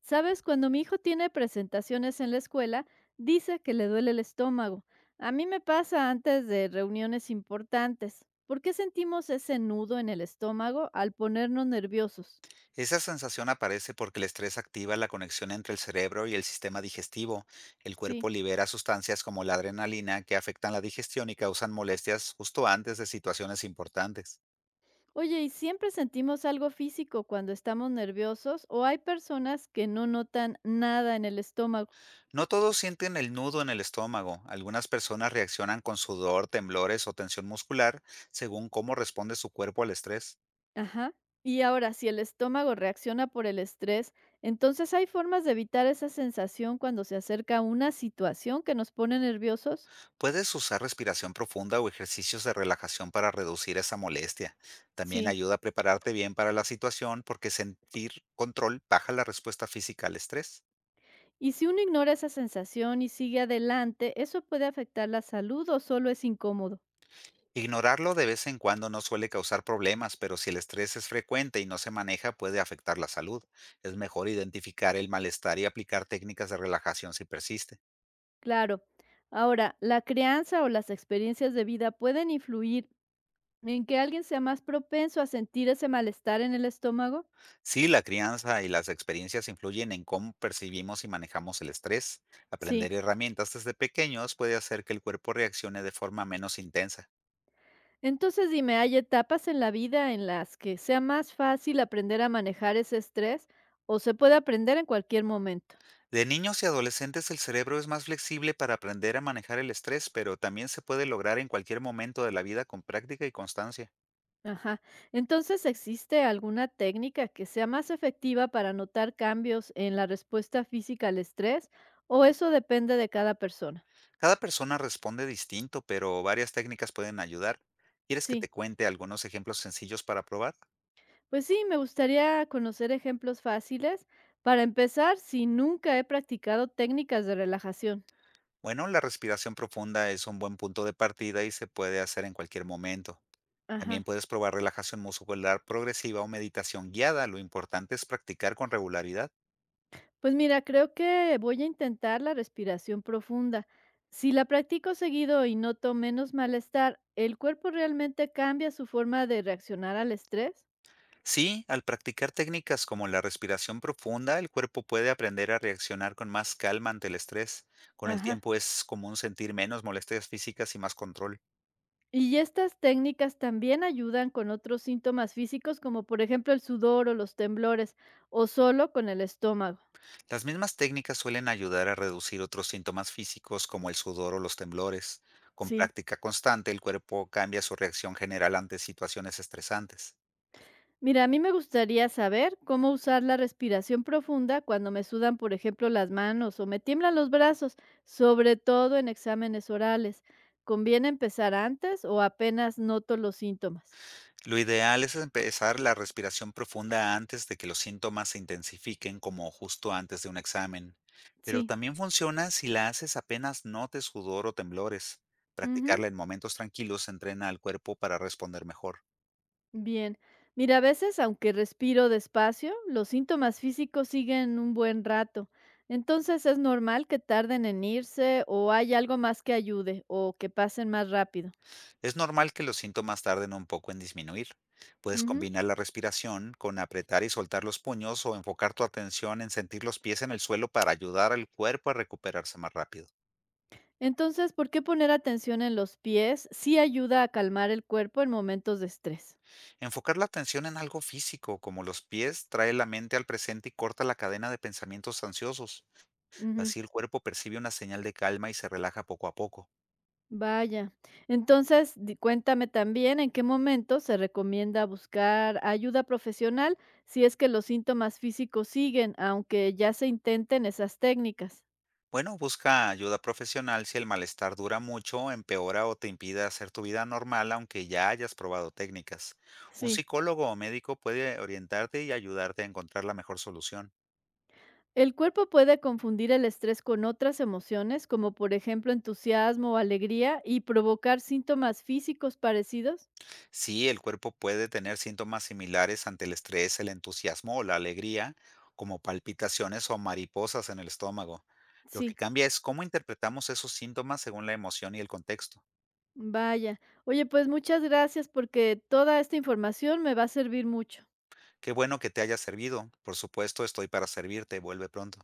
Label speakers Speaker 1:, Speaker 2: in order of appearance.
Speaker 1: Sabes, cuando mi hijo tiene presentaciones en la escuela, dice que le duele el estómago. A mí me pasa antes de reuniones importantes. ¿Por qué sentimos ese nudo en el estómago al ponernos nerviosos?
Speaker 2: Esa sensación aparece porque el estrés activa la conexión entre el cerebro y el sistema digestivo. El
Speaker 1: Sí.
Speaker 2: cuerpo libera sustancias como la adrenalina que afectan la digestión y causan molestias justo antes de situaciones importantes.
Speaker 1: Oye, ¿y siempre sentimos algo físico cuando estamos nerviosos o hay personas que no notan nada en el estómago?
Speaker 2: No todos sienten el nudo en el estómago. Algunas personas reaccionan con sudor, temblores o tensión muscular según cómo responde su cuerpo al estrés.
Speaker 1: Ajá. Y ahora, si el estómago reacciona por el estrés, entonces hay formas de evitar esa sensación cuando se acerca una situación que nos pone nerviosos.
Speaker 2: Puedes usar respiración profunda o ejercicios de relajación para reducir esa molestia. También
Speaker 1: Sí.
Speaker 2: ayuda a prepararte bien para la situación, porque sentir control baja la respuesta física al estrés.
Speaker 1: Y si uno ignora esa sensación y sigue adelante, ¿eso puede afectar la salud o solo es incómodo?
Speaker 2: Ignorarlo de vez en cuando no suele causar problemas, pero si el estrés es frecuente y no se maneja, puede afectar la salud. Es mejor identificar el malestar y aplicar técnicas de relajación si persiste.
Speaker 1: Claro. Ahora, ¿la crianza o las experiencias de vida pueden influir en que alguien sea más propenso a sentir ese malestar en el estómago?
Speaker 2: Sí, la crianza y las experiencias influyen en cómo percibimos y manejamos el estrés.
Speaker 1: Sí.
Speaker 2: Aprender herramientas desde pequeños puede hacer que el cuerpo reaccione de forma menos intensa.
Speaker 1: Entonces dime, ¿hay etapas en la vida en las que sea más fácil aprender a manejar ese estrés o se puede aprender en cualquier momento?
Speaker 2: De niños y adolescentes, el cerebro es más flexible para aprender a manejar el estrés, pero también se puede lograr en cualquier momento de la vida con práctica y constancia.
Speaker 1: Ajá. Entonces, ¿existe alguna técnica que sea más efectiva para notar cambios en la respuesta física al estrés o eso depende de cada persona?
Speaker 2: Cada persona responde distinto, pero varias técnicas pueden ayudar. ¿Quieres que te
Speaker 1: Sí.
Speaker 2: cuente algunos ejemplos sencillos para probar?
Speaker 1: Pues sí, me gustaría conocer ejemplos fáciles para empezar si nunca he practicado técnicas de relajación.
Speaker 2: Bueno, la respiración profunda es un buen punto de partida y se puede hacer en cualquier momento.
Speaker 1: Ajá.
Speaker 2: También puedes probar relajación muscular progresiva o meditación guiada. Lo importante es practicar con regularidad.
Speaker 1: Pues mira, creo que voy a intentar la respiración profunda. Si la practico seguido y noto menos malestar, ¿el cuerpo realmente cambia su forma de reaccionar al estrés?
Speaker 2: Sí, al practicar técnicas como la respiración profunda, el cuerpo puede aprender a reaccionar con más calma ante el estrés. Con el
Speaker 1: Ajá.
Speaker 2: tiempo es común sentir menos molestias físicas y más control.
Speaker 1: Y estas técnicas también ayudan con otros síntomas físicos, como por ejemplo el sudor o los temblores, o solo con el estómago.
Speaker 2: Las mismas técnicas suelen ayudar a reducir otros síntomas físicos, como el sudor o los temblores. Con
Speaker 1: Sí.
Speaker 2: práctica constante, el cuerpo cambia su reacción general ante situaciones estresantes.
Speaker 1: Mira, a mí me gustaría saber cómo usar la respiración profunda cuando me sudan, por ejemplo, las manos o me tiemblan los brazos, sobre todo en exámenes orales. ¿Conviene empezar antes o apenas noto los síntomas?
Speaker 2: Lo ideal es empezar la respiración profunda antes de que los síntomas se intensifiquen, como justo antes de un examen. Pero
Speaker 1: Sí.
Speaker 2: también funciona si la haces apenas notes sudor o temblores.
Speaker 1: Ujú.
Speaker 2: Practicarla en momentos tranquilos entrena al cuerpo para responder mejor.
Speaker 1: Bien, mira, a veces aunque respiro despacio, los síntomas físicos siguen un buen rato. Entonces es normal que tarden en irse o hay algo más que ayude o que pasen más rápido.
Speaker 2: Es normal que los síntomas tarden un poco en disminuir. Puedes
Speaker 1: Ujú.
Speaker 2: combinar la respiración con apretar y soltar los puños, o enfocar tu atención en sentir los pies en el suelo, para ayudar al cuerpo a recuperarse más rápido.
Speaker 1: Entonces, ¿por qué poner atención en los pies? Sí ayuda a calmar el cuerpo en momentos de estrés.
Speaker 2: Enfocar la atención en algo físico, como los pies, trae la mente al presente y corta la cadena de pensamientos ansiosos.
Speaker 1: Ujú.
Speaker 2: Así el cuerpo percibe una señal de calma y se relaja poco a poco.
Speaker 1: Vaya. Entonces, di cuéntame también en qué momento se recomienda buscar ayuda profesional si es que los síntomas físicos siguen, aunque ya se intenten esas técnicas.
Speaker 2: Bueno, busca ayuda profesional si el malestar dura mucho, empeora o te impide hacer tu vida normal, aunque ya hayas probado técnicas. Un
Speaker 1: Sí.
Speaker 2: psicólogo o médico puede orientarte y ayudarte a encontrar la mejor solución.
Speaker 1: El cuerpo puede confundir el estrés con otras emociones, como por ejemplo entusiasmo o alegría, y provocar síntomas físicos parecidos.
Speaker 2: Sí, el cuerpo puede tener síntomas similares ante el estrés, el entusiasmo o la alegría, como palpitaciones o mariposas en el estómago. Lo que
Speaker 1: Sí,
Speaker 2: cambia es cómo interpretamos esos síntomas según la emoción y el contexto.
Speaker 1: vaya. Oye, pues muchas gracias porque toda esta información me va a servir mucho.
Speaker 2: Qué bueno que te haya servido. Por supuesto, estoy para servirte. Vuelve pronto.